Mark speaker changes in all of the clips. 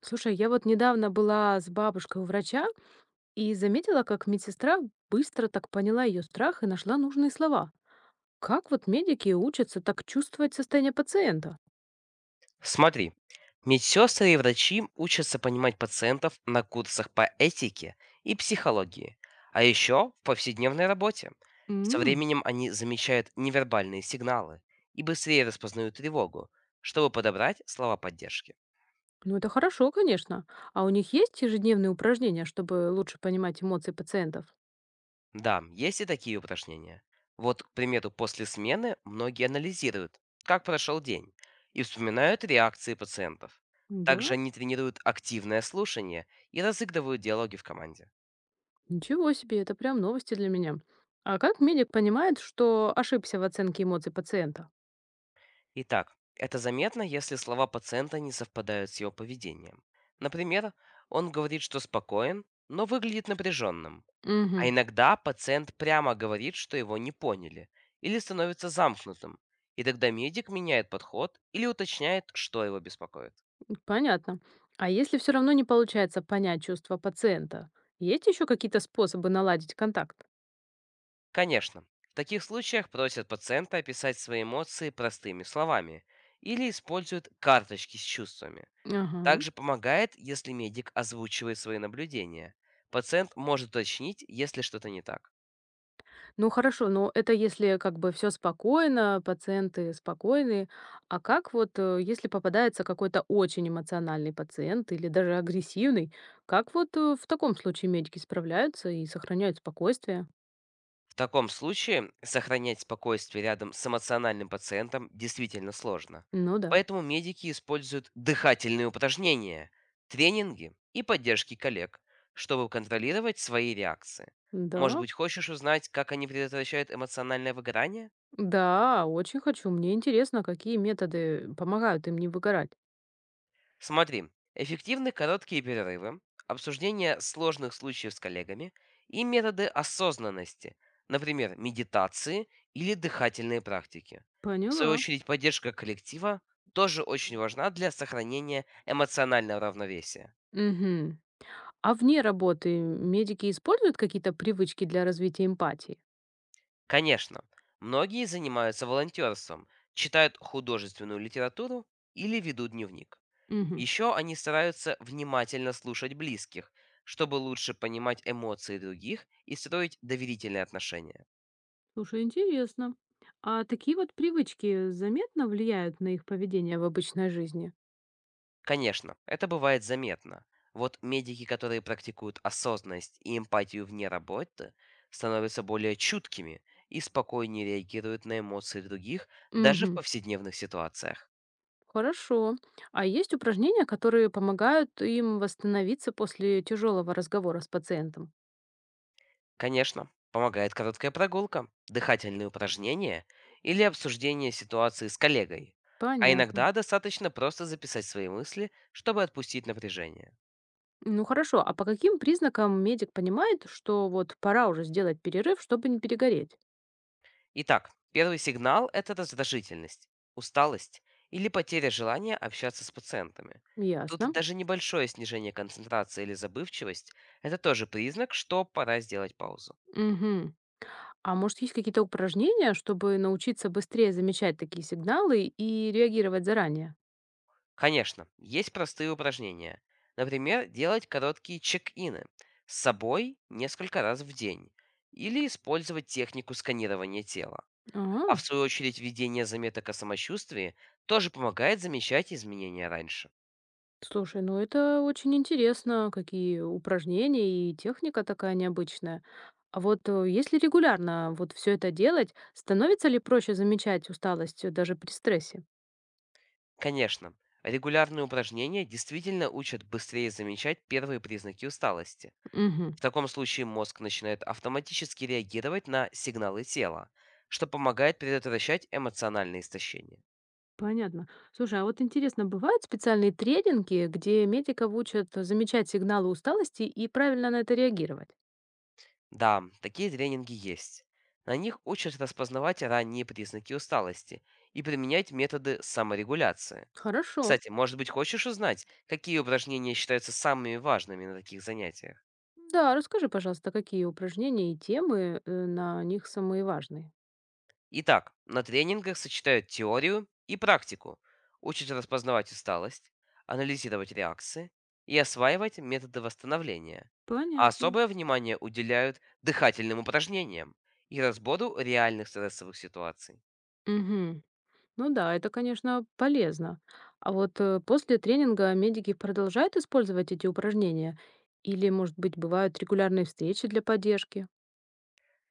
Speaker 1: Слушай, я вот недавно была с бабушкой у врача и заметила, как медсестра быстро так поняла ее страх и нашла нужные слова. Как вот медики учатся так чувствовать состояние пациента?
Speaker 2: Смотри, медсестры и врачи учатся понимать пациентов на курсах по этике и психологии, а еще в повседневной работе. Со
Speaker 1: М,
Speaker 2: временем они замечают невербальные сигналы и быстрее распознают тревогу, чтобы подобрать слова поддержки.
Speaker 1: ну, это хорошо, конечно. А у них есть ежедневные упражнения, чтобы лучше понимать эмоции пациентов?
Speaker 2: Да, есть и такие упражнения. Вот, к примеру, после смены многие анализируют, как прошел день, и вспоминают реакции пациентов.
Speaker 1: Да,
Speaker 2: Также они тренируют активное слушание и разыгрывают диалоги в команде.
Speaker 1: ничего себе, это прям новости для меня. А как медик понимает, что ошибся в оценке эмоций пациента?
Speaker 2: Итак, это заметно, если слова пациента не совпадают с его поведением. Например, он говорит, что спокоен, но выглядит напряженным. А
Speaker 1: Мгм.
Speaker 2: иногда пациент прямо говорит, что его не поняли, или становится замкнутым. И тогда медик меняет подход или уточняет, что его беспокоит.
Speaker 1: Понятно. А если все равно не получается понять чувства пациента, есть еще какие-то способы наладить контакт?
Speaker 2: Конечно, в таких случаях просят пациента описать свои эмоции простыми словами или используют карточки с чувствами.
Speaker 1: Ага.
Speaker 2: Также помогает, если медик озвучивает свои наблюдения. Пациент может уточнить, если что-то не так.
Speaker 1: Ну хорошо, но это если как бы все спокойно, пациенты спокойные. А как вот, если попадается какой-то очень эмоциональный пациент или даже агрессивный, как вот в таком случае медики справляются и сохраняют спокойствие?
Speaker 2: В таком случае сохранять спокойствие рядом с эмоциональным пациентом действительно сложно.
Speaker 1: Ну да.
Speaker 2: Поэтому медики используют дыхательные упражнения, тренинги и поддержки коллег, чтобы контролировать свои реакции. Может
Speaker 1: Да,
Speaker 2: быть, хочешь узнать, как они предотвращают эмоциональное выгорание?
Speaker 1: да, очень хочу. Мне интересно, какие методы помогают им не выгорать.
Speaker 2: Смотри, эффективны короткие перерывы, обсуждение сложных случаев с коллегами и методы осознанности, например, медитации или дыхательные практики. В свою
Speaker 1: Поняла.
Speaker 2: очередь, поддержка коллектива тоже очень важна для сохранения эмоционального равновесия.
Speaker 1: Угу. А вне работы медики используют какие-то привычки для развития эмпатии?
Speaker 2: Конечно, многие занимаются волонтерством, читают художественную литературу или ведут дневник.
Speaker 1: Мгм.
Speaker 2: Еще они стараются внимательно слушать близких, чтобы лучше понимать эмоции других и строить доверительные отношения.
Speaker 1: Слушай, интересно. А такие вот привычки заметно влияют на их поведение в обычной жизни?
Speaker 2: Конечно, это бывает заметно. Вот медики, которые практикуют осознанность и эмпатию вне работы, становятся более чуткими и спокойнее реагируют на эмоции других даже в
Speaker 1: Угу.
Speaker 2: повседневных ситуациях.
Speaker 1: Хорошо. А есть упражнения, которые помогают им восстановиться после тяжелого разговора с пациентом?
Speaker 2: Конечно, помогает короткая прогулка, дыхательные упражнения или обсуждение ситуации с коллегой. А
Speaker 1: Понятно.
Speaker 2: иногда достаточно просто записать свои мысли, чтобы отпустить напряжение.
Speaker 1: Ну хорошо, а по каким признакам медик понимает, что вот пора уже сделать перерыв, чтобы не перегореть?
Speaker 2: Итак, первый сигнал– это раздражительность, усталость или потеря желания общаться с пациентами. Тут
Speaker 1: Ясно.
Speaker 2: даже небольшое снижение концентрации или забывчивость– это тоже признак, что пора сделать паузу.
Speaker 1: Угу. А может, есть какие-то упражнения, чтобы научиться быстрее замечать такие сигналы и реагировать заранее?
Speaker 2: Конечно, есть простые упражнения. Например, делать короткие чек-ины с собой несколько раз в день или использовать технику сканирования тела. А в
Speaker 1: А,
Speaker 2: свою очередь введение заметок о самочувствии тоже помогает замечать изменения раньше.
Speaker 1: слушай, ну это очень интересно, какие упражнения и техника такая необычная. А вот если регулярно вот все это делать, становится ли проще замечать усталость даже при стрессе?
Speaker 2: Конечно, регулярные упражнения действительно учат быстрее замечать первые признаки усталости.
Speaker 1: Угу.
Speaker 2: В таком случае мозг начинает автоматически реагировать на сигналы тела, что помогает предотвращать эмоциональное истощение.
Speaker 1: Понятно. Слушай, а вот интересно, бывают специальные тренинги, где медиков учат замечать сигналы усталости и правильно на это реагировать?
Speaker 2: Да, такие тренинги есть. На них учат распознавать ранние признаки усталости и применять методы саморегуляции.
Speaker 1: Хорошо.
Speaker 2: Кстати, может быть, хочешь узнать, какие упражнения считаются самыми важными на таких занятиях?
Speaker 1: Да, расскажи, пожалуйста, какие упражнения и темы на них самые важные.
Speaker 2: Итак, на тренингах сочетают теорию и практику, учат распознавать усталость, анализировать реакции и осваивать методы восстановления. А
Speaker 1: Понятно.
Speaker 2: особое внимание уделяют дыхательным упражнениям и разбору реальных стрессовых ситуаций.
Speaker 1: Мгм. Ну да, это, конечно, полезно. А вот после тренинга медики продолжают использовать эти упражнения? Или, может быть, бывают регулярные встречи для поддержки?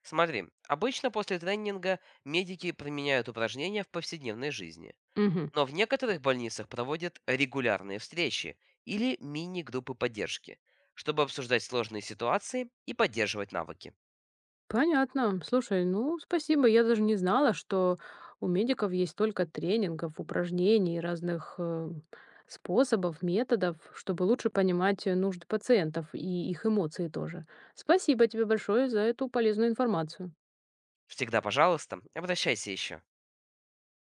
Speaker 2: Смотри, обычно после тренинга медики применяют упражнения в повседневной жизни,
Speaker 1: Мгм.
Speaker 2: но в некоторых больницах проводят регулярные встречи или мини-группы поддержки, чтобы обсуждать сложные ситуации и поддерживать навыки.
Speaker 1: Понятно. Слушай, ну, спасибо. Я даже не знала, что у медиков есть столько тренингов, упражнений, разных способов, методов, чтобы лучше понимать нужды пациентов и их эмоции тоже. Спасибо тебе большое за эту полезную информацию.
Speaker 2: Всегда, пожалуйста, обращайся еще.